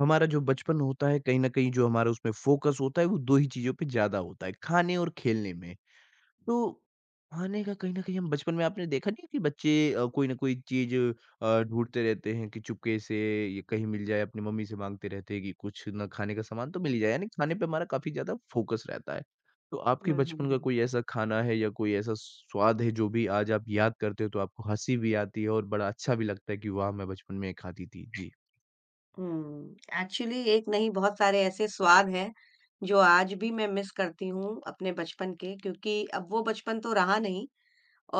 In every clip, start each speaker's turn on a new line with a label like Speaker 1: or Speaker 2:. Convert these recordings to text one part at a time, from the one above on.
Speaker 1: हमारा जो बचपन होता है कहीं न कहीं जो हमारा उसमें फ़ोकस होता है वो 2 ही चीज़ों पे ज़्यादा होता है, खाने और खेलने में। तो खाने का कहीं न कहीं हम बचपन में आपने देखा नहीं है कि बच्चे कोई न कोई चीज़ ढूँढते रहते हैं कि चुपके से ये कहीं मिल जाए, अपनी मम्मी से माँगते रहते हैं कि कुछ ना खाने का सामान तो मिल ही जाए, यानी खाने पे हमारा काफ़ी ज़्यादा फ़ोकस रहता है। तो आपके
Speaker 2: हुँ, हुँ,
Speaker 1: बचपन का
Speaker 2: हुँ।
Speaker 1: कोई ऐसा खाना है या कोई ऐसा स्वाद है जो भी आज आप याद करते हो तो आपको हँसी भी आती है और बड़ा अच्छा भी लगता है कि वाह! मैं बचपन में ये खाती थी? जी।
Speaker 2: हुँ, एक्चुअली एक नहीं बहुत सारे ऐसे स्वाद हैं, जो आज भी मैं मिस करती हूँ अपने बचपन के क्योंकि अब वो बचपन तो रहा नहीं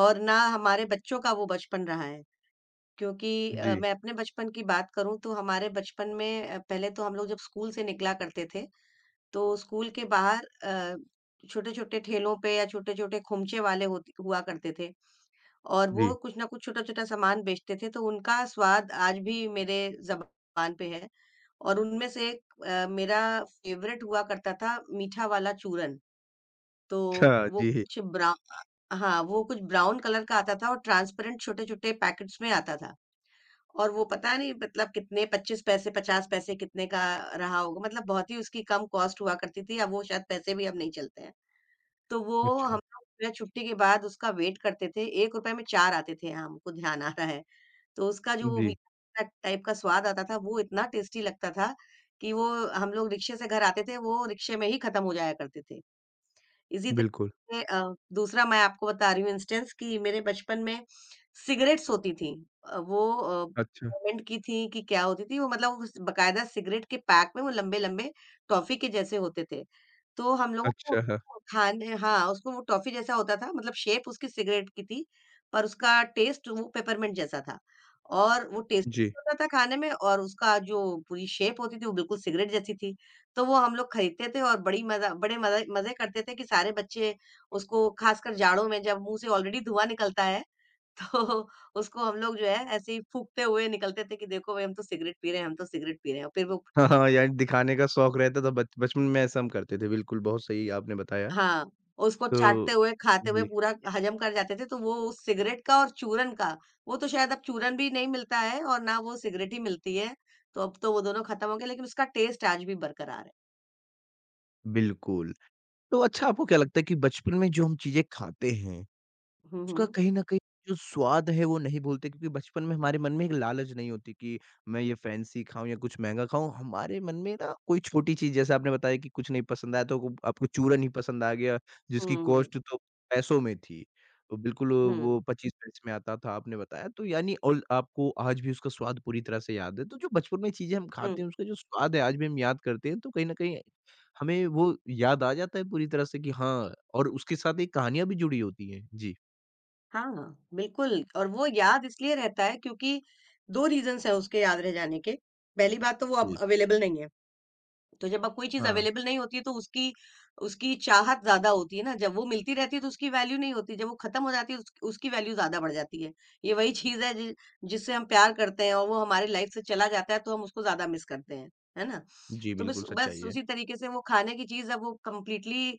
Speaker 2: और ना हमारे बच्चों का वो बचपन रहा है। क्योंकि
Speaker 1: जी,
Speaker 2: मैं अपने बचपन की बात करूँ तो हमारे बचपन में पहले तो हम लोग जब स्कूल से निकला करते थे, तो स्कूल के बाहर छोटे-छोटे ठेलों पे या छोटे-छोटे खुमचे वाले होत हुआ करते थे और वो
Speaker 1: जी।
Speaker 2: कुछ ना कुछ छोटा-छोटा सामान बेचते थे, तो उनका स्वाद आज भी मेरे ज़बान पे है और उनमें से एक मेरा फेवरेट हुआ करता था मीठा वाला चूरन। तो
Speaker 1: अच्छा,
Speaker 2: वो
Speaker 1: जी।
Speaker 2: कुछ ब्रा हाँ, वो कुछ ब्राउन कलर का आता था और ट्रांसपेरेंट छोटे-छोटे पैकेट्स में आता था। और वो पता नहीं मतलब कितने 25 पैसे 50 पैसे कितने का रहा होगा मतलब बहुत ही उसकी कम कॉस्ट हुआ करती थी, अब वो शायद पैसे भी अब नहीं चलते हैं। तो वो हम
Speaker 1: अच्छा,
Speaker 2: लोग जो है छुट्टी के बाद उसका वेट करते थे, ₹1 में 4 आते थे, हाँ, हमको ध्यान आ रहा है। तो उसका जो वो
Speaker 1: जी,
Speaker 2: मीठा टाइप का स्वाद आता था, वो इतना टेस्टी लगता था कि वो हम लोग रिक्शे से घर आते थे, वो रिक्शे में ही खत्म हो जाया करते थे। इसी
Speaker 1: बिल्कुल।
Speaker 2: तरीके से दूसरा मैं आपको बता रही हूँ इंस्टेंस कि मेरे बचपन में सिगरेट्स होती थी। अ, वो अ,
Speaker 1: अच्छा,
Speaker 2: गवर्नमेंट की थी कि क्या होती थी वो मतलब उस बकायदा सिगरेट के पैक में वो लंबे-लंबे टॉफ़ी के जैसे होते थे। तो हम लोगों को
Speaker 1: अच्छा। हाँ,
Speaker 2: खाने हाँ, उसमें वो टॉफ़ी जैसा होता था मतलब शेप उसकी सिगरेट की थी, पर उसका टेस्ट वो पेपरमिंट जैसा था। और वो टेस्टी
Speaker 1: जी।
Speaker 2: होता था खाने में और उसका जो पूरी शेप होती थी वो बिल्कुल सिगरेट जैसी थी। तो वो हम लोग खरीदते थे और बड़ी मज़ा बड़े मज़े मज़े करते थे कि सारे बच्चे उसको खासकर जाड़ों में जब मुँह से ऑलरेडी धुआँ निकलता है तो उसको हम लोग जो है ऐसे ही फूँकते हुए निकलते थे कि देखो भई हम तो सिगरेट पी रहे हैं, हम तो सिगरेट पी रहे हैं। और फिर वो
Speaker 1: हाँ, हाँ, यानी दिखाने का शौक रहता था बच बचपन में ऐसा हम करते थे, बिल्कुल बहुत सही आपने बताया।
Speaker 2: हाँ, उसको
Speaker 1: तो
Speaker 2: चाटते हुए, खाते हुए
Speaker 1: जी,
Speaker 2: पूरा हजम कर जाते थे तो वो उस सिगरेट का और चूरन का वो तो शायद अब चूरन भी नहीं मिलता है और ना वो सिगरेट ही मिलती है। तो अब तो वो दोनों खत्म हो गए लेकिन उसका टेस्ट आज भी बरकरार है।
Speaker 1: बिल्कुल। तो अच्छा आपको क्या लगता है कि बचपन में जो हम चीज़ें खाते हैं
Speaker 2: हुँ,
Speaker 1: उसका
Speaker 2: हुँ।
Speaker 1: कहीं न कहीं जो स्वाद है वो नहीं भूलते क्योंकि बचपन में हमारे मन में एक लालच नहीं होती कि मैं ये फैंसी खाऊँ या कुछ महँगा खाऊँ। हमारे मन में ना कोई छोटी चीज़ जैसे आपने बताया कि कुछ नहीं पसंद आया तो को आपको चूरन ही पसंद आ गया
Speaker 2: हुँ,
Speaker 1: जिसकी
Speaker 2: हुँ।
Speaker 1: कॉस्ट तो पैसों में थी। तो बिल्कुल वो
Speaker 2: हुँ,
Speaker 1: 25 पैसे में आता था आपने बताया तो यानी और आपको आज भी उसका स्वाद पूरी तरह से याद है। तो जो बचपन में चीज़ें हम खाते
Speaker 2: हुँ।
Speaker 1: हैं उसका जो स्वाद है आज भी हम याद करते हैं तो कहीं न कहीं हमें वो याद आ जाता है पूरी तरह से कि हाँ और उसके साथ एक कहानियाँ भी जुड़ी होती हैं। जी।
Speaker 2: हाँ, बिल्कुल और वो याद इसलिए रहता है क्योंकि 2 रीज़न्स हैं उसके याद रह जाने के। पहली बात तो वो अब
Speaker 1: जी,
Speaker 2: अवेलेबल नहीं है। तो जब अब कोई चीज
Speaker 1: हाँ।
Speaker 2: अवेलेबल नहीं होती है तो उसकी उसकी चाहत ज्यादा होती है ना, जब वो मिलती रहती है तो उसकी वैल्यू नहीं होती, जब वो खत्म हो जाती है उसकी वैल्यू ज्यादा बढ़ जाती है। ये वही चीज है जिससे हम प्यार करते हैं और वो हमारी लाइफ से चला जाता है तो हम उसको ज्यादा मिस करते हैं, है ना।
Speaker 1: जी,
Speaker 2: तो बस
Speaker 1: बिल्कुल
Speaker 2: बस
Speaker 1: सच्चाई है।
Speaker 2: उसी तरीके से वो खाने की चीज अब वो कंप्लीटली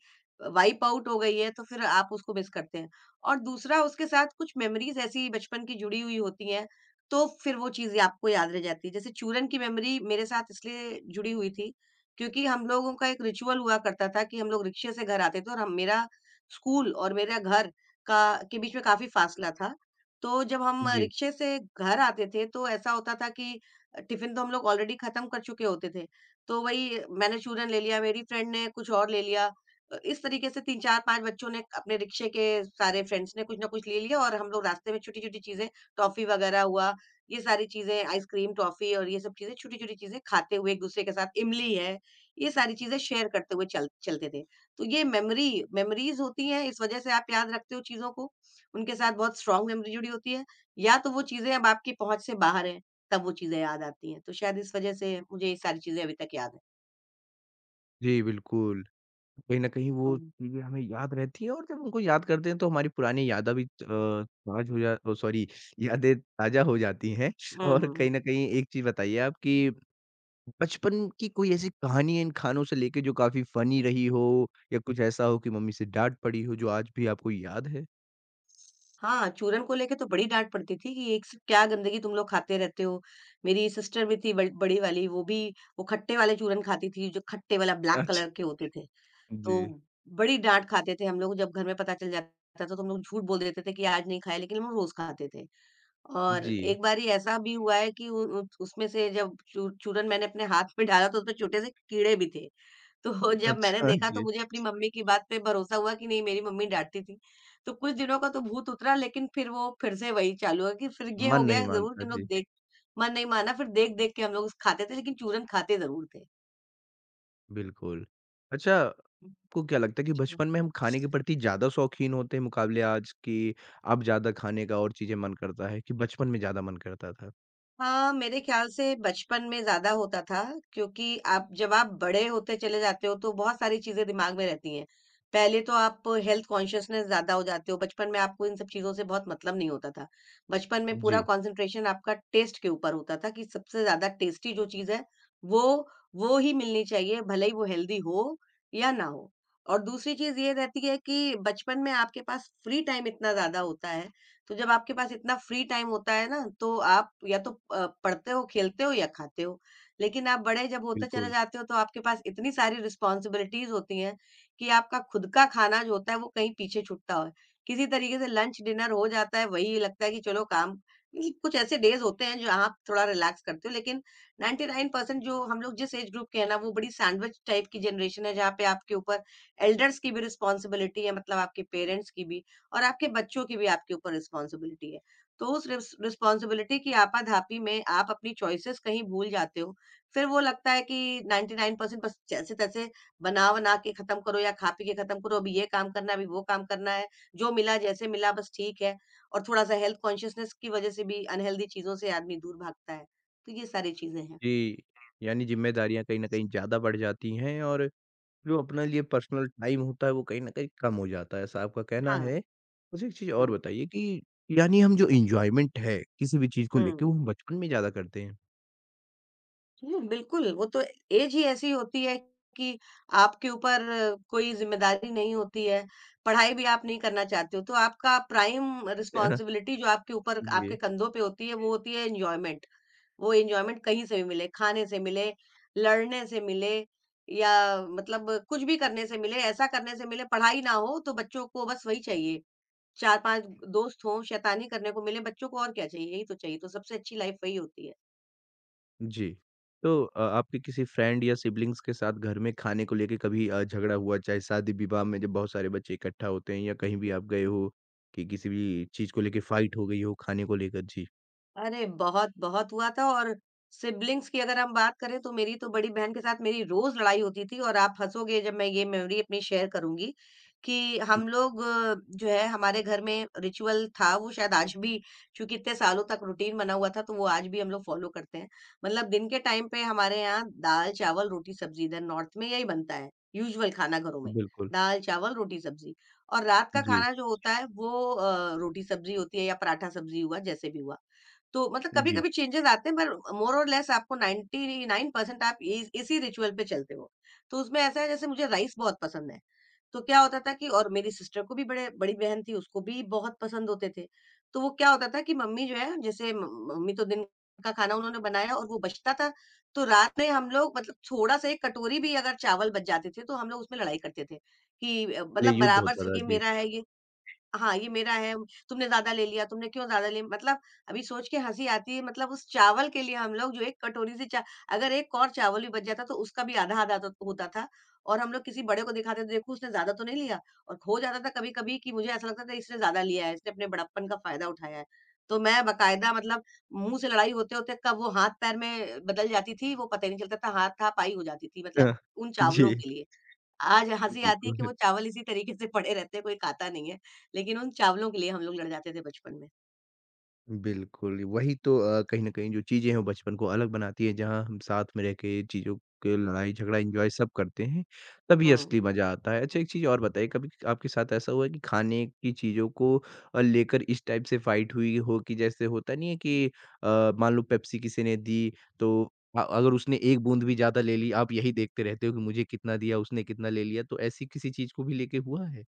Speaker 2: वाइप आउट हो गई है, तो फिर आप उसको मिस करते हैं। और दूसरा, उसके साथ कुछ मेमोरीज ऐसी बचपन की जुड़ी हुई होती हैं, तो फिर वो चीजें आपको याद रह जाती है। जैसे चूरन की मेमोरी मेरे साथ इसलिए जुड़ी हुई थी क्योंकि हम लोगों का एक रिचुअल हुआ करता था कि हम लोग रिक्शे से घर आते थे, और हम मेरा स्कूल और मेरा घर का के बीच में काफ़ी फासला था। तो जब हम
Speaker 1: जी।
Speaker 2: रिक्शे से घर आते थे तो ऐसा होता था कि टिफ़िन तो हम लोग ऑलरेडी ख़त्म कर चुके होते थे। तो वही, मैंने चूरन ले लिया, मेरी फ्रेंड ने कुछ और ले लिया। इस तरीके से 3, 4, 5 बच्चों ने, अपने रिक्शे के सारे फ्रेंड्स ने कुछ ना कुछ ले लिया और हम लोग रास्ते में छोटी-छोटी चीज़ें, टॉफ़ी वग़ैरह हुआ, ये सारी चीज़ें आइसक्रीम, टॉफ़ी और ये सब चीज़ें, छोटी-छोटी चीज़ें खाते हुए एक-दूसरे के साथ इमली है, ये सारी चीज़ें शेयर करते हुए चल चलते थे। तो ये मेमोरीज़ होती हैं, इस वज़ह से आप याद रखते हो चीज़ों को। उनके साथ बहुत स्ट्रॉन्ग मेमोरी जुड़ी होती है, या तो वो चीज़ें अब आपकी पहुँच से बाहर हैं, तब वो चीज़ें याद आती हैं। तो शायद इस वज़ह से मुझे ये सारी चीज़ें अभी तक याद हैं।
Speaker 1: जी, बिल्कुल। कहीं न कहीं वो
Speaker 2: हुँ,
Speaker 1: चीज़ें हमें याद रहती हैं और जब उनको याद करते हैं तो हमारी पुरानी यादा भी ताज़ हो जा ओ सॉरी यादें ताज़ा हो जाती हैं और
Speaker 2: हुँ।
Speaker 1: कहीं न कहीं एक चीज़ बताइए आप कि बचपन की कोई ऐसी कहानी है इन खानों से लेके जो काफ़ी फ़नी रही हो या कुछ ऐसा हो कि मम्मी से डाँट पड़ी हो जो आज भी आपको याद है?
Speaker 2: हाँ, चूरन को लेके तो बड़ी डाँट पड़ती थी कि एक से क्या गंदगी तुम लोग खाते रहते हो। मेरी सिस्टर भी थी, बड़ी वाली, वो भी वो खट्टे वाले चूरन खाती थी, जो खट्टे वाला ब्लैक
Speaker 1: अच्छा।
Speaker 2: कलर के होते थे।
Speaker 1: जी।
Speaker 2: तो बड़ी डाँट खाते थे हम लोग जब घर में पता चल जाता था, तो हम लोग झूठ बोल देते थे कि आज नहीं खाए, लेकिन हम रोज़ खाते थे। और
Speaker 1: जी।
Speaker 2: एक बारी ऐसा भी हुआ है कि उ उ उसमें से जब चू चूरन मैंने अपने हाथ में डाला तो उसमें छोटे से कीड़े भी थे। तो जब मैंने
Speaker 1: अच्छा
Speaker 2: देखा तो
Speaker 1: जी।
Speaker 2: मुझे अपनी मम्मी की बात पे भरोसा हुआ कि नहीं, मेरी मम्मी डाँटती थी। तो कुछ दिनों का तो भूत उतरा, लेकिन फिर वो फिर से वही चालू हुआ कि फिर ये
Speaker 1: मन
Speaker 2: हो
Speaker 1: नहीं
Speaker 2: गया ज़रूर
Speaker 1: मानता।
Speaker 2: कि हम
Speaker 1: जी,
Speaker 2: लोग देख मन नहीं माना, फिर देख-देख के हम लोग खाते थे, लेकिन चूरन खाते ज़रूर
Speaker 1: बिल्कुल। अच्छा
Speaker 2: थे।
Speaker 1: आपको क्या लगता है कि बचपन में हम खाने के प्रति ज़्यादा शौकीन होते हैं मुकाबले आज कि अब ज़्यादा खाने का और चीज़ें मन करता है कि बचपन में ज़्यादा मन करता था?
Speaker 2: हाँ, मेरे ख्याल से बचपन में ज़्यादा होता था क्योंकि आप जब आप बड़े होते चले जाते हो तो बहुत सारी चीज़ें दिमाग में रहती हैं। पहले तो आप हेल्थ कॉन्शियसनेस ज़्यादा हो जाते हो, बचपन में आपको इन सब चीज़ों से बहुत मतलब नहीं होता था। बचपन में पूरा
Speaker 1: जी,
Speaker 2: कॉन्सन्ट्रेशन आपका टेस्ट के ऊपर होता था कि सबसे ज़्यादा टेस्टी जो चीज़ है वो वो ही मिलनी चाहिए, भले ही वो हेल्दी हो या ना हो। और दूसरी चीज़ ये रहती है कि बचपन में आपके पास फ्री टाइम इतना ज़्यादा होता है, तो जब आपके पास इतना फ्री टाइम होता है ना, तो आप या तो पढ़ते हो, खेलते हो या खाते हो। लेकिन आप बड़े जब होते चले
Speaker 1: बिल्कुल।
Speaker 2: जाते हो तो आपके पास इतनी सारी रिस्पॉन्सिबिलिटीज़ होती हैं कि आपका खुद का खाना जो होता है वो कहीं पीछे छूटता हो। किसी तरीके से लंच, डिनर हो जाता है, वही लगता है कि चलो काम, मतलब कुछ ऐसे डेज़ होते हैं जहाँ आप थोड़ा रिलैक्स करते हो, लेकिन 99% जो हम लोग जिस एज ग्रुप के हैं ना, वो बड़ी सैंडविच टाइप की जनरेशन है जहाँ पे आपके ऊपर एल्डर्स की भी रिस्पॉन्सिबिलिटी है, मतलब आपके पेरेंट्स की भी। और आपके बच्चों की भी आपके ऊपर रिस्पॉन्सिबिलिटी है। तो उस रिस्पॉन्सिबिलिटी की आपाधापी में आप अपनी चॉइसेस कहीं भूल जाते हो। फिर वो लगता है कि 99% बस जैसे-तैसे बना-वना के खत्म करो या खा-पी के खत्म करो। अभी ये काम करना है, अभी वो काम करना है। जो मिला जैसे मिला बस ठीक है, और थोड़ा-सा हेल्थ कॉन्शियसनेस की वजह से भी अनहेल्दी चीज़ों से आदमी दूर भागता है। तो ये सारी चीज़ें हैं।
Speaker 1: जी, यानी ज़िम्मेदारियाँ कहीं न कहीं ज़्यादा बढ़ जाती हैं और जो अपने लिए पर्सनल टाइम होता है वो कहीं न कहीं कम हो जाता है, ऐसा आपका कहना
Speaker 2: हाँ।
Speaker 1: है। मुझे एक चीज़ और
Speaker 2: हुँ,
Speaker 1: बताइए कि यानी हम जो एन्जॉयमेंट है किसी भी चीज़ को लेके
Speaker 2: हुँ।
Speaker 1: वो हम बचपन में ज़्यादा करते हैं?
Speaker 2: बिल्कुल, वो तो एज ही ऐसी होती है कि आपके ऊपर कोई ज़िम्मेदारी नहीं होती है, पढ़ाई भी आप नहीं करना चाहते हो, तो आपका प्राइम रिस्पॉन्सिबिलिटी जो आपके ऊपर आपके
Speaker 1: जी।
Speaker 2: कंधों पे होती है, वो होती है एन्जॉयमेंट। वो एन्जॉयमेंट कहीं से भी मिले, खाने से मिले, लड़ने से मिले, या मतलब कुछ भी करने से मिले, ऐसा करने से मिले, पढ़ाई ना हो तो बच्चों को बस वही चाहिए, 4-5 दोस्त हों, शैतानी करने को मिले, बच्चों को और क्या चाहिए? यही तो चाहिए, तो सबसे अच्छी लाइफ़ वही होती है।
Speaker 1: जी। तो आपके किसी फ्रेंड या सिब्लिंग्स के साथ घर में खाने को लेके कभी झगड़ा हुआ? चाहे शादी-विवाह में जब बहुत सारे बच्चे इकट्ठा होते हैं या कहीं भी आप गए हो कि किसी भी चीज़ को लेके फाइट हो गई हो खाने को लेकर? जी।
Speaker 2: अरे! बहुत-बहुत हुआ था। और सिब्लिंग्स की अगर हम बात करें तो मेरी तो बड़ी बहन के साथ मेरी रोज़ लड़ाई होती थी। और आप हँसोगे जब मैं ये मेमोरी अपनी शेयर करूँगी, कि हम लोग, जो है, हमारे घर में रिचुअल था, वो शायद आज भी, चूँकि इतने सालों तक रूटीन बना हुआ था, तो वो आज भी हम लोग फ़ॉलो करते हैं। मतलब दिन के टाइम पे हमारे यहाँ दाल-चावल, रोटी-सब्ज़ी, इधर नॉर्थ में यही बनता है, यूजुअल खाना घरों में।
Speaker 1: हुँ, बिल्कुल।
Speaker 2: दाल-चावल, रोटी-सब्ज़ी, और रात का
Speaker 1: जी,
Speaker 2: खाना जो होता है वो रोटी-सब्ज़ी होती है या पराठा-सब्ज़ी, हुआ जैसे भी हुआ। तो मतलब
Speaker 1: जी।
Speaker 2: कभी-कभी चेंजेस आते हैं, पर मोर और लेस आपको 99% आप इस इसी रिचुअल पे चलते हो। तो उसमें ऐसा है जैसे मुझे राइस बहुत पसंद है, तो क्या होता था कि, और मेरी सिस्टर को भी, बड़े बड़ी बहन थी, उसको भी बहुत पसंद होते थे। तो वो क्या होता था कि मम्मी जो है, जैसे म मम्मी तो दिन का खाना उन्होंने बनाया और वो बचता था, तो रात में हम लोग, मतलब, थोड़ा-सा एक कटोरी भी अगर चावल बच जाते थे, तो हम लोग उसमें लड़ाई करते थे कि,
Speaker 1: इसलिए
Speaker 2: मतलब,
Speaker 1: युद्ध
Speaker 2: बराबर
Speaker 1: होता
Speaker 2: से
Speaker 1: था।
Speaker 2: ये
Speaker 1: जी।
Speaker 2: मेरा है, ये, हाँ, ये मेरा है, तुमने ज़्यादा ले लिया, तुमने क्यों ज़्यादा ले, मतलब अभी सोच के हँसी आती है। मतलब उस चावल के लिए हम लोग, जो एक कटोरी से चा अगर एक और चावल भी बच जाता तो उसका भी आधा-आधा तो होता था, और हम लोग किसी बड़े को दिखाते थे, देखो उसने ज़्यादा तो नहीं लिया। और हो जाता था कभी-कभी कि मुझे ऐसा लगता था, इसने ज़्यादा लिया है, इसने अपने बड़प्पन का फ़ायदा उठाया है। तो मैं बाकायदा, मतलब, मुँह से लड़ाई होते-होते कब वो हाथ-पैर में बदल जाती थी, वो पता ही नहीं चलता था, हाथ-थापाई हो जाती थी, मतलब उन चावलों
Speaker 1: जी,
Speaker 2: के लिए। आज हँसी आती है कि
Speaker 1: बिल्कुल।
Speaker 2: वो चावल इसी तरीके से पड़े रहते हैं, कोई खाता नहीं है। लेकिन उन चावलों के लिए हम लोग लड़ जाते थे बचपन में।
Speaker 1: बिल्कुल, वही तो कहीं न कहीं जो चीज़ें हैं वो बचपन को अलग बनाती हैं, जहाँ हम साथ में रह के चीज़ों के लड़ाई-झगड़ा एन्जॉय सब करते हैं, तभी
Speaker 2: हुँ।
Speaker 1: असली मज़ा आता है। अच्छा एक चीज़ और बताइए कभी आपके साथ ऐसा हुआ है कि खाने की चीज़ों को लेकर इस टाइप से फाइट हुई हो कि जैसे होता नहीं है कि मान लो पेप्सी किसी ने दी तो अगर उसने 1 बूँद भी ज़्यादा ले ली, आप यही देखते रहते हो कि मुझे कितना दिया, उसने कितना ले लिया, तो ऐसी किसी चीज़ को भी लेके हुआ है?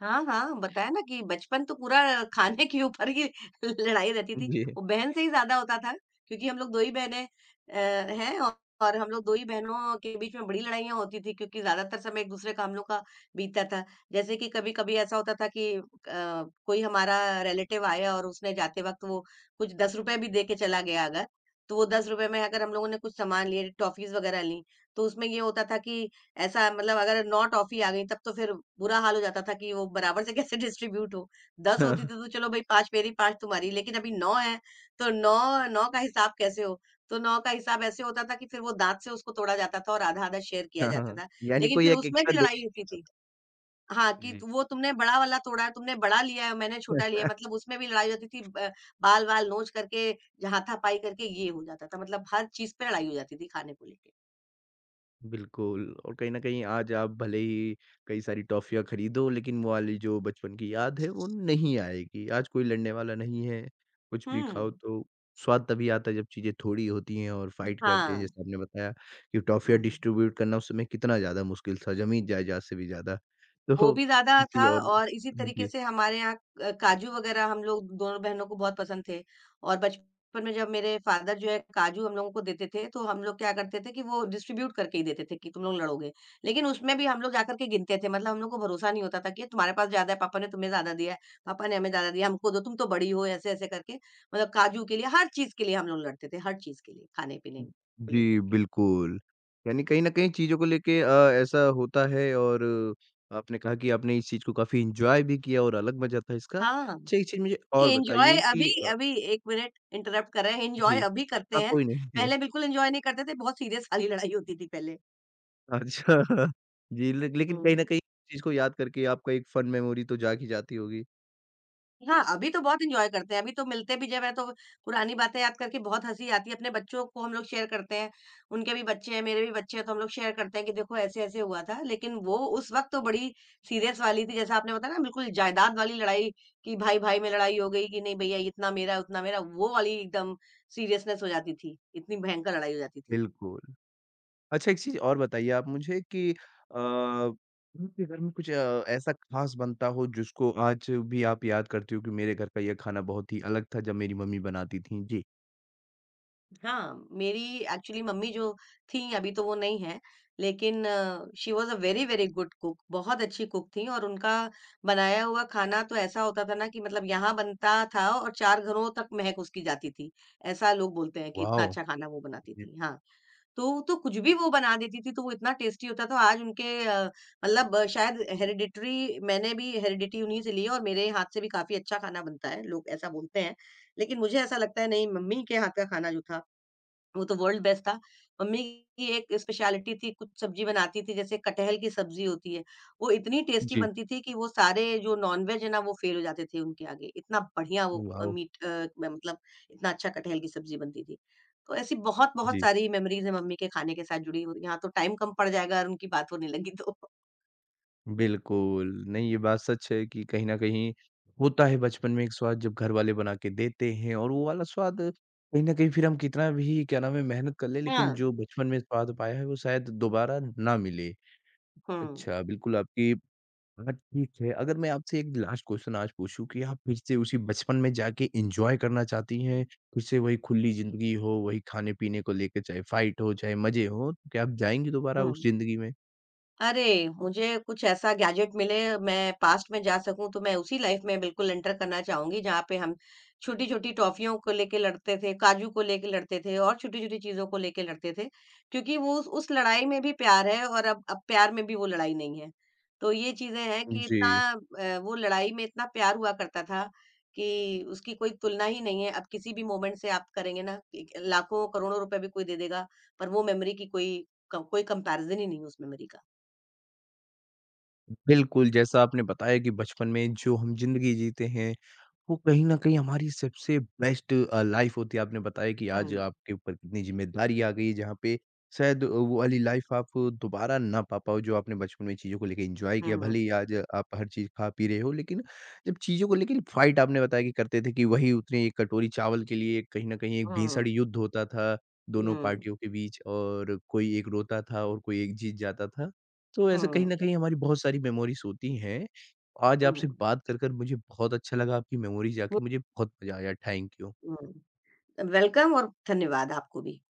Speaker 2: हाँ, हाँ, बताया ना कि बचपन तो पूरा खाने के ऊपर ही लड़ाई रहती थी।
Speaker 1: जी।
Speaker 2: वो बहन से ही ज़्यादा होता था क्योंकि हम लोग 2 ही बहनें हैं। और हम लोग 2 ही बहनों के बीच में बड़ी लड़ाइयाँ होती थी, क्योंकि ज़्यादातर समय एक-दूसरे का हम लोग का बीतता था। जैसे कि कभी-कभी ऐसा होता था कि, कोई हमारा रिलेटिव आया और उसने जाते वक़्त वो कुछ ₹10 भी दे के चला गया अगर, तो वो ₹10 में अगर हम लोगों ने कुछ सामान लिए, टॉफ़ीज़ वग़ैरह लीं, तो उसमें ये होता था कि, ऐसा मतलब, अगर 9 टॉफ़ी आ गई तब तो फिर बुरा हाल हो जाता था कि वो बराबर से कैसे डिस्ट्रीब्यूट हो। 10
Speaker 1: हाँ,
Speaker 2: होती तो चलो भई 5 मेरी 5 तुम्हारी, लेकिन अभी 9 है तो 9 का हिसाब कैसे हो? तो 9 का हिसाब ऐसे होता था कि फिर वो दाँत से उसको तोड़ा जाता था और आधा-आधा शेयर किया
Speaker 1: हाँ, हाँ, हाँ,
Speaker 2: जाता था।
Speaker 1: यानी
Speaker 2: लेकिन
Speaker 1: कोई
Speaker 2: फिर
Speaker 1: एक
Speaker 2: उसमें
Speaker 1: एक्स्ट्रा
Speaker 2: भी
Speaker 1: दे
Speaker 2: लड़ाई होती थी। हाँ, कि
Speaker 1: जी।
Speaker 2: वो तुमने बड़ा वाला तोड़ा है, तुमने बड़ा लिया है, मैंने छोटा लिया है, मतलब उसमें भी लड़ाई होती थी, ब बाल-वाल नोच करके, हाथापाई करके, ये हो जाता था। मतलब हर चीज़ पे लड़ाई हो जाती थी खाने को लेके।
Speaker 1: बिल्कुल और कहीं न कहीं आज आप भले ही कई सारी टॉफ़ियाँ खरीदो लेकिन वो वाली जो बचपन की याद है वो नहीं आएगी। आज कोई लड़ने वाला नहीं है, कुछ भी खाओ
Speaker 2: हुँ।
Speaker 1: तो स्वाद तभी आता है जब चीज़ें थोड़ी होती हैं और फाइट करते हैं
Speaker 2: हाँ।
Speaker 1: जैसे आपने बताया कि टॉफ़ियाँ
Speaker 2: हुँ।
Speaker 1: डिस्ट्रीब्यूट करना उस समय कितना ज़्यादा मुश्किल था, ज़मीन-जायदाद से भी ज़्यादा।
Speaker 2: वो
Speaker 1: तो
Speaker 2: भी ज़्यादा
Speaker 1: किसी
Speaker 2: था,
Speaker 1: और
Speaker 2: और इसी तरीके
Speaker 1: जी।
Speaker 2: से हमारे यहाँ, काजू वगैरह हम लोग दोनों बहनों को बहुत पसंद थे, और बचपन में जब मेरे फ़ादर जो है काजू हम लोगों को देते थे, तो हम लोग क्या करते थे कि वो डिस्ट्रीब्यूट करके ही देते थे कि तुम लोग लड़ोगे। लेकिन उसमें भी हम लोग जाकर के गिनते थे, मतलब हम लोग को भरोसा नहीं होता था कि तुम्हारे पास ज़्यादा है, पापा ने तुम्हें ज़्यादा दिया है, पापा ने हमें ज़्यादा दिया, हमको दो, तुम तो बड़ी हो, ऐसे-ऐसे करके, मतलब काजू के लिए, हर चीज़ के लिए हम लोग लड़ते थे, हर चीज़ के लिए, खाने-पीने
Speaker 1: हुँ,
Speaker 2: को लेकर
Speaker 1: जी,
Speaker 2: के।
Speaker 1: बिल्कुल। यानी कहीं न कहीं चीज़ों को लेके ऐसा होता है और आपने कहा कि आपने इस चीज़ को काफ़ी एन्जॉय भी किया और अलग मज़ा था इसका।
Speaker 2: हाँ।
Speaker 1: अच्छा एक चीज़ मुझे और बताइए
Speaker 2: एन्जॉय अभी,
Speaker 1: कि
Speaker 2: अभी 1 मिनट इंटरप्ट कर रहे हैं, एन्जॉय
Speaker 1: जी।
Speaker 2: अभी करते
Speaker 1: हाँ,
Speaker 2: हैं,
Speaker 1: कोई नहीं।
Speaker 2: पहले बिल्कुल एन्जॉय नहीं करते थे, बहुत सीरियस वाली लड़ाई होती थी पहले।
Speaker 1: अच्छा। जी, ले लेकिन कहीं न
Speaker 2: हुँ।
Speaker 1: कहीं इस चीज़ को याद करके आपका एक फन मेमोरी तो जाग ही जाती होगी।
Speaker 2: हाँ, अभी तो बहुत एन्जॉय करते हैं, अभी तो मिलते भी जब हैं तो पुरानी बातें याद करके बहुत हँसी आती है, अपने बच्चों को हम लोग शेयर करते हैं, उनके भी बच्चे हैं, मेरे भी बच्चे हैं, तो हम लोग शेयर करते हैं कि देखो ऐसे-ऐसे हुआ था। लेकिन वो उस वक़्त तो बड़ी सीरियस वाली थी, जैसा आपने बताया ना, बिल्कुल जायदाद वाली लड़ाई, कि भाई-भाई में लड़ाई हो गई कि नहीं भैया, इतना मेरा, उतना मेरा, वो वाली एकदम सीरियसनेस हो जाती थी, इतनी भयंकर लड़ाई हो जाती थी।
Speaker 1: बिल्कुल। अच्छा, एक चीज़ और बताइए आप मुझे कि आपके घर में कुछ ऐसा ख़ास बनता हो जिसको आज भी आप याद करती हो कि मेरे घर का ये खाना बहुत ही अलग था जब मेरी मम्मी बनाती थीं? जी।
Speaker 2: हाँ, मेरी एक्चुअली मम्मी जो थीं, अभी तो वो नहीं हैं, लेकिन she was a very, very good cook, बहुत अच्छी कुक थीं, और उनका बनाया हुआ खाना तो ऐसा होता था ना कि, मतलब, यहाँ बनता था और 4 घरों तक महक उसकी जाती थी। ऐसा लोग बोलते हैं कि इतना
Speaker 1: वॉव!
Speaker 2: अच्छा खाना वो बनाती
Speaker 1: जी,
Speaker 2: थीं। हाँ, तो कुछ भी वो बना देती थी, तो वो इतना टेस्टी होता था। आज उनके, मतलब, शायद हेरिडिटरी, मैंने भी हेरिडिटी उन्हीं से ली है, और मेरे हाथ से भी काफ़ी अच्छा खाना बनता है, लोग ऐसा बोलते हैं। लेकिन मुझे ऐसा लगता है, नहीं, मम्मी के हाथ का खाना जो था वो तो वर्ल्ड बेस्ट था। मम्मी की एक स्पेशलिटी थी, कुछ सब्ज़ी बनाती थी, जैसे कटहल की सब्ज़ी होती है, वो इतनी टेस्टी
Speaker 1: जी,
Speaker 2: बनती थी कि वो सारे जो नॉन-वेज है ना, वो फ़ेल हो जाते थे उनके आगे। इतना बढ़िया वो,
Speaker 1: वॉव!
Speaker 2: मीट, अ, म मतलब इतना अच्छा कटहल की सब्ज़ी बनती थी। तो ऐसी बहुत-बहुत
Speaker 1: जी,
Speaker 2: सारी मेमोरीज़ हैं मम्मी के खाने के साथ जुड़ी हुई। यहाँ तो टाइम कम पड़ जाएगा अगर उनकी बात होने लगी तो।
Speaker 1: बिल्कुल। नहीं, ये बात सच है कि कहीं न कहीं होता है बचपन में एक स्वाद जब घर वाले बना के देते हैं और वो वाला स्वाद कहीं न कहीं फिर हम कितना भी क्या नाम है मेहनत कर लें लेकिन
Speaker 2: हाँ।
Speaker 1: जो बचपन में स्वाद पाया है वो शायद दोबारा ना मिले।
Speaker 2: हुँ,
Speaker 1: अच्छा, बिल्कुल आपकी हाँ, ठीक है। अगर मैं आपसे एक लास्ट क्वेश्चन आज पूछूँ कि आप फिर से उसी बचपन में जाके एन्जॉय करना चाहती हैं, फिर से वही खुली ज़िंदगी हो, वही खाने-पीने को लेके चाहे फ़ाइट हो, चाहे मज़े हों, तो क्या आप जाएँगी दोबारा उस
Speaker 2: हुँ।
Speaker 1: ज़िंदगी में?
Speaker 2: अरे! मुझे कुछ ऐसा गैजेट मिले, मैं पास्ट में जा सकूँ, तो मैं उसी लाइफ में बिल्कुल एंटर करना चाहूँगी, जहाँ पे हम छोटी-छोटी टॉफ़ियों को लेके लड़ते थे, काजू को लेके लड़ते थे, और छोटी-छोटी चीज़ों को लेके लड़ते थे। क्योंकि वो उस लड़ाई में भी प्यार है, और अब प्यार में भी वो लड़ाई नहीं है। तो ये चीज़ें हैं कि इतना,
Speaker 1: जी।
Speaker 2: वो लड़ाई में इतना प्यार हुआ करता था कि उसकी कोई तुलना ही नहीं है। अब किसी भी मोमेंट से आप करेंगे ना, एक लाखों, करोड़ों रुपए भी कोई दे देगा, पर वो मेमोरी की कोई, क कोई कंपैरिज़न ही नहीं है उस मेमोरी का।
Speaker 1: बिल्कुल, जैसा आपने बताया कि बचपन में जो हम ज़िंदगी जीते हैं वो कहीं न कहीं हमारी सबसे बेस्ट लाइफ़ होती है। आपने बताया कि आज
Speaker 2: హ్మ్।
Speaker 1: आपके ऊपर कितनी ज़िम्मेदारी आ गई है, जहाँ पे शायद वो वाली लाइफ़ आप दोबारा ना पा पाओ, जो आपने बचपन में चीज़ों को लेके एन्जॉय किया।
Speaker 2: హ్మ్।
Speaker 1: भले ही आज आप हर चीज़ खा पी रहे हो, लेकिन जब चीज़ों को लेके फ़ाइट आपने बताया कि करते थे कि वही उतनी एक कटोरी चावल के लिए कहीं न कहीं एक भीषण
Speaker 2: हुँ,
Speaker 1: युद्ध होता था, दोनों
Speaker 2: हुँ,
Speaker 1: पार्टियों के बीच और कोई एक रोता था और कोई एक जीत जाता था। तो ऐसे कहीं
Speaker 2: हुँ,
Speaker 1: न कहीं हमारी बहुत सारी मेमोरीज़ होती हैं। आज
Speaker 2: हुँ,
Speaker 1: आपसे
Speaker 2: हुँ,
Speaker 1: बात कर मुझे बहुत अच्छा लगा, आपकी मेमोरी जाके मुझे बहुत मज़ा आया। Thank you.
Speaker 2: हुँ। वेलकम, और धन्यवाद आपको भी।